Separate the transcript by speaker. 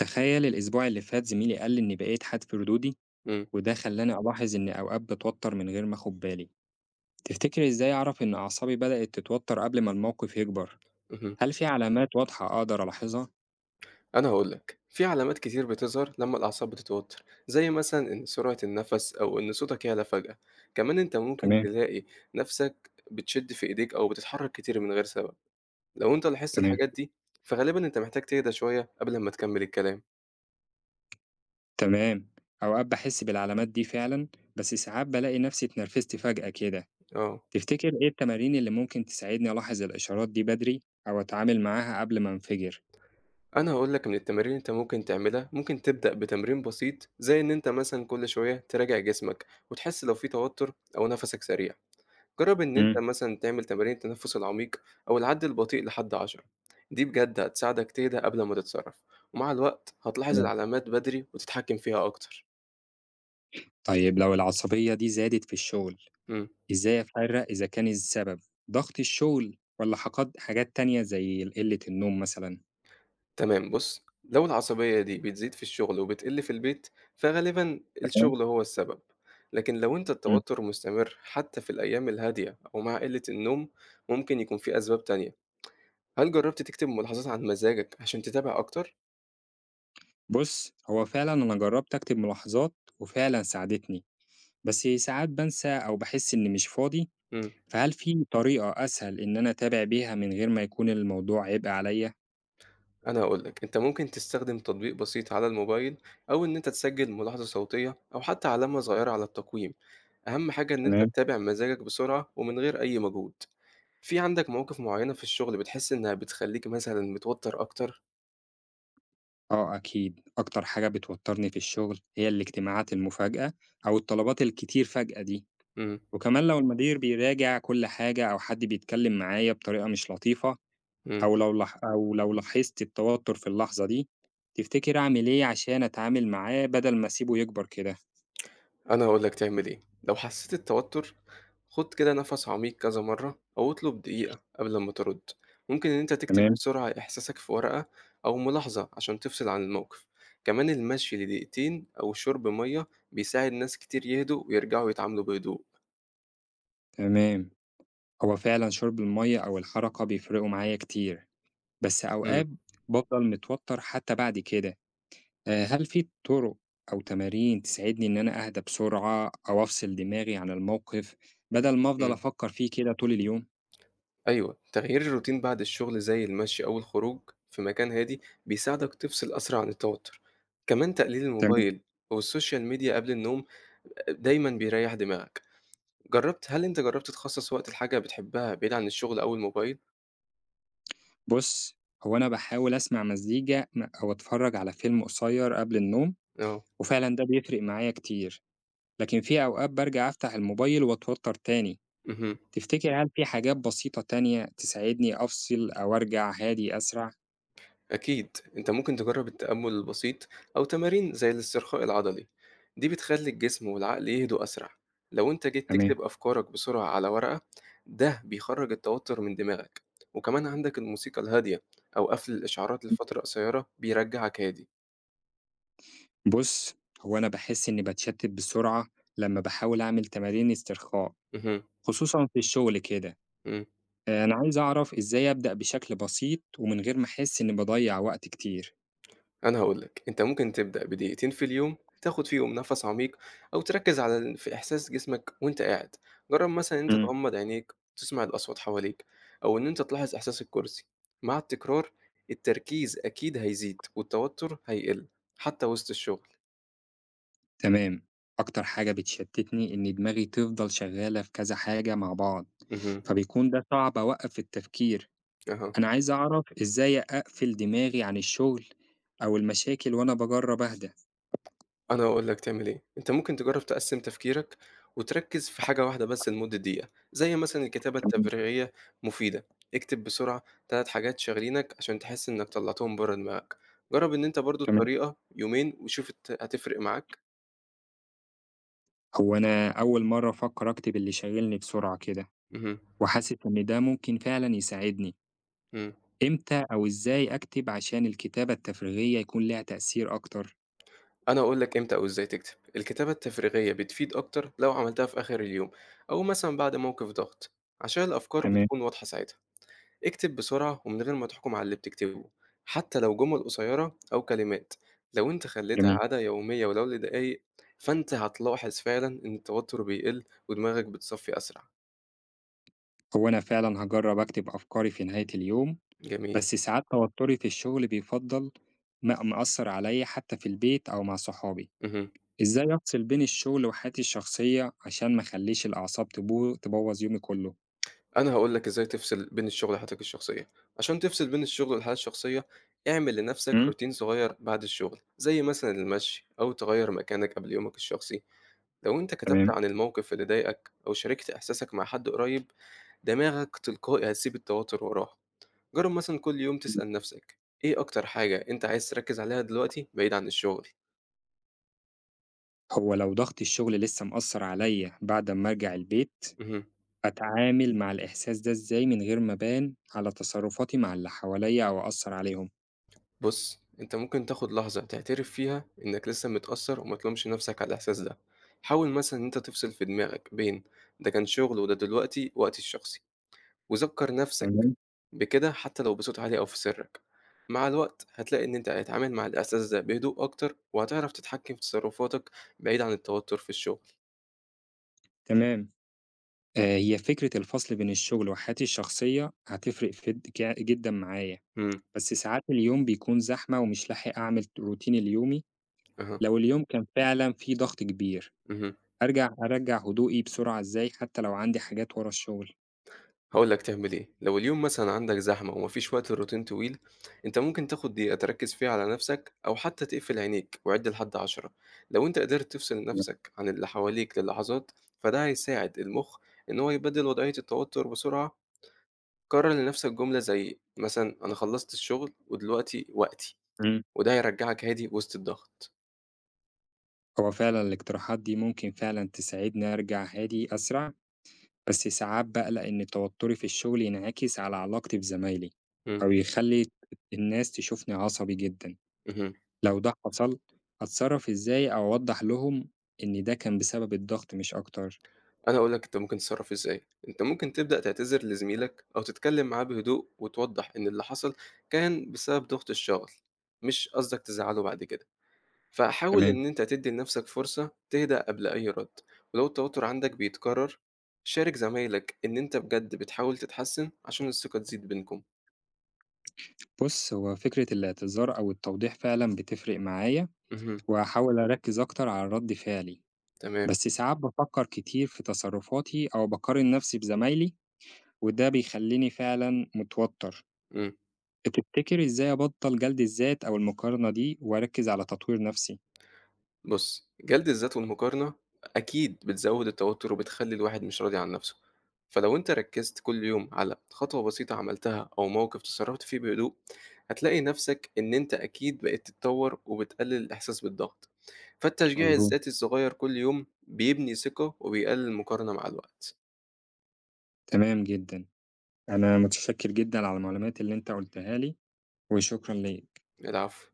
Speaker 1: تخيل الأسبوع اللي فات زميلي قال لي إني بقيت حاد في ردودي،
Speaker 2: إمم.
Speaker 1: وده خلاني ألاحظ إني أوقات بتوتر من غير ما أخد بالي. تفتكر إزاي أعرف إن أعصابي بدأت تتوتر قبل ما الموقف يكبر؟
Speaker 2: اهم.
Speaker 1: هل في علامات واضحة أقدر ألاحظها؟
Speaker 2: أنا هاقول لك، في علامات كتير بتظهر لمّا الأعصاب بتتوتر، زي مثلًا إن سرعة النَفَس أو إن صوتك يعلى فجأة. كمان أنت ممكن
Speaker 1: تمام.
Speaker 2: تلاقي نَفْسك بتشد في إيديك أو بتتحرك كتير من غير سبب. لو أنت لاحظت
Speaker 1: تمام.
Speaker 2: الحاجات دي، فغالبًا أنت محتاج تهدى شوية قبل أمّا تكمّل الكلام.
Speaker 1: تمام. أوقات بحس بالعلامات دي فعلا، بس ساعات بلاقي نفسي اتنرفزت فجأة كده.
Speaker 2: آه.
Speaker 1: تفتكر إيه التمارين اللي ممكن تساعدني ألاحظ الإشارات دي بدري أو أتعامل معاها قبل ما أنفجر؟
Speaker 2: أنا هاقول لك من التمارين اللي أنت ممكن تعملها، ممكن تبدأ بتمرين بسيط زي إن أنت مثلًا كل شوية تراجع جسمك وتحس لو في توتر أو نَفَسك سريع. جرّب إن أنت
Speaker 1: مم.
Speaker 2: مثلًا تعمل تمارين التنفس العميق أو العد البطيء لحد 10. دي بجد هتساعدك تهدى قبل ما تتصرف، ومع الوقت هتلاحظ
Speaker 1: تمام.
Speaker 2: العلامات بدري وتتحكم فيها أكتر.
Speaker 1: طيب لو العصبية دي زادت في الشغل،
Speaker 2: إمم.
Speaker 1: إزاي أفرّق إذا كان السبب ضغط الشغل والّا حقد حاجات تانية زي ال قِلّة النوم مثلًا؟
Speaker 2: تمام. بُص، لو العصبية دي بتزيد في الشغل وبتقل في البيت، فغالبًا
Speaker 1: تمام.
Speaker 2: الشغل هو السبب. لكن لو أنت
Speaker 1: إمم.
Speaker 2: التوتر مستمر حتى في الأيام الهادية أو مع قلة النوم، ممكن يكون في أسباب تانية. هل جرّبت تكتب ملاحظات عن مزاجك عشان تتابع أكتر؟
Speaker 1: بُص، هو فعلًا أنا جرّبت أكتب ملاحظات وفعلًا ساعدتني، بس ساعات بانسى أو باحس إني مش فاضي.
Speaker 2: إمم.
Speaker 1: فهل في طريقة أسهل إن أنا أتابع بيها من غير ما يكون الموضوع عبء عليّا؟
Speaker 2: أنا هاقول لك، أنت ممكن تستخدم تطبيق بسيط على الموبايل أو إن أنت تسجل ملاحظة صوتية أو حتى علامة صغيرة على التقويم. أهم حاجة إن أنت
Speaker 1: تمام.
Speaker 2: تتابع مزاجك بسرعة ومن غير أي مجهود. في عندك مواقف معينة في الشغل بتحس إنها بتخليك مثلًا متوتر أكتر؟
Speaker 1: آه أكيد، أكتر حاجة بتوتّرني في الشغل هي الاجتماعات المفاجأة أو الطلبات الكتير فجأة دي،
Speaker 2: إمم.
Speaker 1: وكمان لو المدير بيراجع كل حاجة أو حد بيتكلم معايا بطريقة مش لطيفة
Speaker 2: إمم.
Speaker 1: أو لو لاحظتِ التوتر في اللحظة دي. تفتكري أعمل إيه عشان أتعامل معاه بدل ما أسيبه يكبر كده؟
Speaker 2: أنا هاقول لك تعمل إيه، لو حسيت التوتر خُد كده نَفَس عميق كذا مرّة أو اطلب دقيقة قبل ما ترُد. ممكن إن أنت تكتب
Speaker 1: تمام.
Speaker 2: بسرعة إحساسك في ورقة أو ملاحظة عشان تفصل عن الموقف. كمان المشي لدقيقتين أو شُرب مَيّة بيساعد ناس كتير يهدوا ويرجعوا يتعاملوا بهدوء.
Speaker 1: تمام. هو فعلًا شرب المَيّة أو الحركة بيفرقوا معايا كتير، بس
Speaker 2: إمم.
Speaker 1: أوقات بافضل متوتر حتى بعد كده. هل في طُرق أو تمارين تساعدني إن أنا أهدى بسرعة أو أفصل دماغي عن الموقف بدل ما أفضل
Speaker 2: إمم.
Speaker 1: أفكر فيه كده طول اليوم؟
Speaker 2: أيوه، تغيير الروتين بعد الشغل زي المشي أو الخروج في مكان هادي بيساعدك تفصل أسرع عن التوتر. كمان تقليل
Speaker 1: تمام.
Speaker 2: الموبايل أو السوشيال ميديا قبل النوم دايمًا بيريّح دماغك. هل أنت جرّبت تخصّص وقت لحاجة بتحبها بعيد عن الشغل أو الموبايل؟
Speaker 1: بُص، هو أنا باحاول أسمع مزيكا أو أتفرج على فيلم قصير قبل النوم،
Speaker 2: آه.
Speaker 1: وفعلًا ده بيفرق معايا كتير، لكن في أوقات بارجع أفتح الموبايل وأتوتر تاني.
Speaker 2: اهم.
Speaker 1: تفتكر هل في حاجات بسيطة تانية تساعدني أفصل أو أرجع هادي أسرع؟
Speaker 2: أكيد، أنت ممكن تجرّب التأمُّل البسيط أو تمارين زي الاسترخاء العضلي. دي بتخلّي الجسم والعقل يهدوا أسرع. لو أنت جيت
Speaker 1: تمام.
Speaker 2: تكتب أفكارك بسرعة على ورقة، ده بيخرّج التوتر من دماغك. وكمان عندك الموسيقى الهادية أو قفل الإشعارات لفترة قصيرة بيرجّعك هادي.
Speaker 1: بُص، هو أنا باحس إني باتشتت بسرعة لمّا باحاول أعمل تمارين استرخاء،
Speaker 2: اهم.
Speaker 1: خصوصًا في الشغل كده.
Speaker 2: إمم.
Speaker 1: أنا عايز أعرف إزاي أبدأ بشكل بسيط ومن غير ما أحس إني باضيّع وقت كتير؟
Speaker 2: أنا هاقول لك، أنت ممكن تبدأ بدقيقتين في اليوم تاخد فيهم نَفَس عميق أو تركّز على في إحساس جسمك وأنت قاعد. جرّب مثلًا إن أنت
Speaker 1: إمم.
Speaker 2: تغمض عينيك وتسمع الأصوات حواليك أو إن أنت تلاحظ إحساس الكرسي. مع التكرار التركيز أكيد هيزيد والتوتر هيقل حتى وسط الشغل.
Speaker 1: تمام. أكتر حاجة بتشتتني إن دماغي تفضل شغالة في كذا حاجة مع بعض،
Speaker 2: اهم.
Speaker 1: فبيكون ده صعب أوقّف التفكير.
Speaker 2: أها.
Speaker 1: أنا عايز أعرف إزاي أقفل دماغي عن الشغل أو المشاكل وأنا باجرّب أهدى.
Speaker 2: أنا هاقول لك تعمل إيه، أنت ممكن تجرّب تقسّم تفكيرك وتركّز في حاجة واحدة بس لمدة دقيقة، زي مثلًا الكتابة
Speaker 1: تمام.
Speaker 2: التفريغية مفيدة. اكتب بسرعة 3 حاجات شاغلينك عشان تحس إنك طلّعتهم برّه دماغك. جرّب إن أنت برضه
Speaker 1: تمام.
Speaker 2: الطريقة يومين وشوف هتفرق معاك؟
Speaker 1: هو أنا أول مرّة أفكّر أكتب اللي شاغلني بسرعة كده،
Speaker 2: اهم.
Speaker 1: وحاسس إن ده ممكن فعلًا يساعدني.
Speaker 2: إمم.
Speaker 1: إمتى أو إزاي أكتب عشان الكتابة التفريغية يكون ليها تأثير أكتر؟
Speaker 2: أنا هاقول لك إمتى أو إزاي تكتب، الكتابة التفريغية بتفيد أكتر لو عملتها في آخر اليوم أو مثلًا بعد موقف ضغط، عشان الأفكار
Speaker 1: تمام.
Speaker 2: بتكون واضحة ساعتها. اكتب بسرعة ومن غير ما تحكم على اللي بتكتبه، حتى لو جمل قصيرة أو كلمات. لو انت خليتها
Speaker 1: جميل.
Speaker 2: عادة يومية ولو لدقايق، فانت هتلاحظ فعلا ان التوتر بيقل ودماغك بتصفي أسرع.
Speaker 1: هو أنا فعلًا هاجرّب أكتب أفكاري في نهاية اليوم،
Speaker 2: جميل.
Speaker 1: بس ساعات توتري في الشغل بيفضّل مأثّر عليَّ حتى في البيت أو مع صحابي.
Speaker 2: مهم.
Speaker 1: إزاي أفصل بين الشغل وحياتي الشخصية عشان ما أخليش الأعصاب تبوظ يومي كله؟
Speaker 2: أنا هقولك ازاي تفصل بين الشغل وحياتك الشخصية. عشان تفصل بين الشغل والحياة الشخصية، اعمل لنفسك
Speaker 1: امم.
Speaker 2: روتين صغير بعد الشغل زي مثلا المشي أو تغير مكانك قبل يومك الشخصي. لو انت كتبت
Speaker 1: تمام.
Speaker 2: عن الموقف اللي ضايقك أو شاركت إحساسك مع حد قريب، دماغك تلقائي هتسيب التوتر وراه. جرب مثلا كل يوم تسأل نفسك، إيه أكتر حاجة أنت عايز تركز عليها دلوقتي بعيد عن الشغل؟
Speaker 1: هو لو ضغط الشغل لسه مأثر عليا بعد ما أرجع البيت،
Speaker 2: مهم.
Speaker 1: أتعامل مع الإحساس ده إزاي من غير ما أبان على تصرفاتي مع اللي حواليا أو أثر عليهم؟
Speaker 2: بص، أنت ممكن تاخد لحظة تعترف فيها إنك لسه متأثر وما تلومش نفسك على الإحساس ده. حاول مثلا إن أنت تفصل في دماغك بين ده كان شغل وده دلوقتي وقتي الشخصي. وذكر نفسك
Speaker 1: تمام.
Speaker 2: بكده، حتى لو بصوت عالي أو في سرك. مع الوقت هتلاقي إن أنت هتتعامل مع الإحساس ده بهدوء أكتر وهتعرف تتحكم في تصرفاتك بعيد عن التوتر في الشغل.
Speaker 1: تمام. آه، هي فكرة الفصل بين الشغل وحياتي الشخصية هتفرق جدا معايا،
Speaker 2: مم.
Speaker 1: بس ساعات اليوم بيكون زحمة ومش لاحق أعمل روتيني اليومي.
Speaker 2: أها.
Speaker 1: لو اليوم كان فعلا فيه ضغط كبير،
Speaker 2: مهم.
Speaker 1: أرجّع هدوئي بسرعة إزاي حتى لو عندي حاجات ورا الشغل؟
Speaker 2: هاقول لك تعمل إيه، لو اليوم مثلًا عندك زحمة وما فيش وقت لروتين طويل، أنت ممكن تاخد دقيقة تركّز فيها على نفْسك أو حتى تقفل عينيك وعِد لحد 10. لو أنت قدرت تفصل نفْسك عن اللي حواليك للحظات، فده هيساعد المُخ إن هو يبدِّل وضعية التوتر بسرعة. كرّر لنفْسك جملة زي مثلًا "أنا خلّصت الشغل ودلوقتي وقتي."
Speaker 1: إمم،
Speaker 2: وده هيرجّعك هادي وسط الضغط.
Speaker 1: هو فعلًا الاقتراحات دي ممكن فعلًا تساعدني أرجع هادي أسرع، بس ساعات باقلق إن توتري في الشغل ينعكس على علاقتي بزمايلي،
Speaker 2: إمم.
Speaker 1: أو يخلّي الناس تشوفني عصبي جدًا.
Speaker 2: اهم.
Speaker 1: لو ده حصل، أتصرف إزاي أو أوضح لهم إن ده كان بسبب الضغط مش أكتر؟
Speaker 2: أنا هاقول لك أنت ممكن تتصرّف إزاي، أنت ممكن تبدأ تعتذر لزميلك أو تتكلّم معاه بهدوء وتوضّح إن اللي حصل كان بسبب ضغط الشغل، مش قصدك تزعّله بعد كده. فحاول
Speaker 1: تمام.
Speaker 2: إن أنت تدّي لنَفْسك فرصة تهدأ قبل أي رَد. ولو التوتُّر عندك بيتكرّر، شارك زمايلك إن أنت بجد بتحاول تتحسّن عشان الثقة تزيد بينكم.
Speaker 1: بُص، هو فكرة الاعتذار أو التوضيح فعلًا بتفرق معايا،
Speaker 2: اهم.
Speaker 1: وهاحاول أركّز أكتر على رد فعلي.
Speaker 2: تمام.
Speaker 1: بس ساعات بافكر كتير في تصرفاتي أو باقارن نفسي بزمايلي، وده بيخلّيني فعلًا متوتر.
Speaker 2: إمم.
Speaker 1: تفتكري إزاي أبطّل جلد الذات أو المقارنة دي وأركّز على تطوير نفسي؟
Speaker 2: بُص، جلد الذات والمقارنة أكيد بتزوّد التوتر وبتخلّي الواحد مش راضي عن نَفْسه. فلو أنت ركّزت كل يوم على خطوة بسيطة عملتها أو موقف تصرّفت فيه بهدوء، هتلاقي نَفْسك إن أنت أكيد بقيت تتطوّر وبتقلّل الإحساس بالضغط. فالتشجيع
Speaker 1: مضبوط.
Speaker 2: الذاتي الصغير كل يوم بيبني ثقة وبيقلّل المقارنة مع الوقت.
Speaker 1: تمام جدًا. أنا متشكر جدًا على المعلومات اللي أنت قُلتها لي، وشكرًا ليك.
Speaker 2: العفو.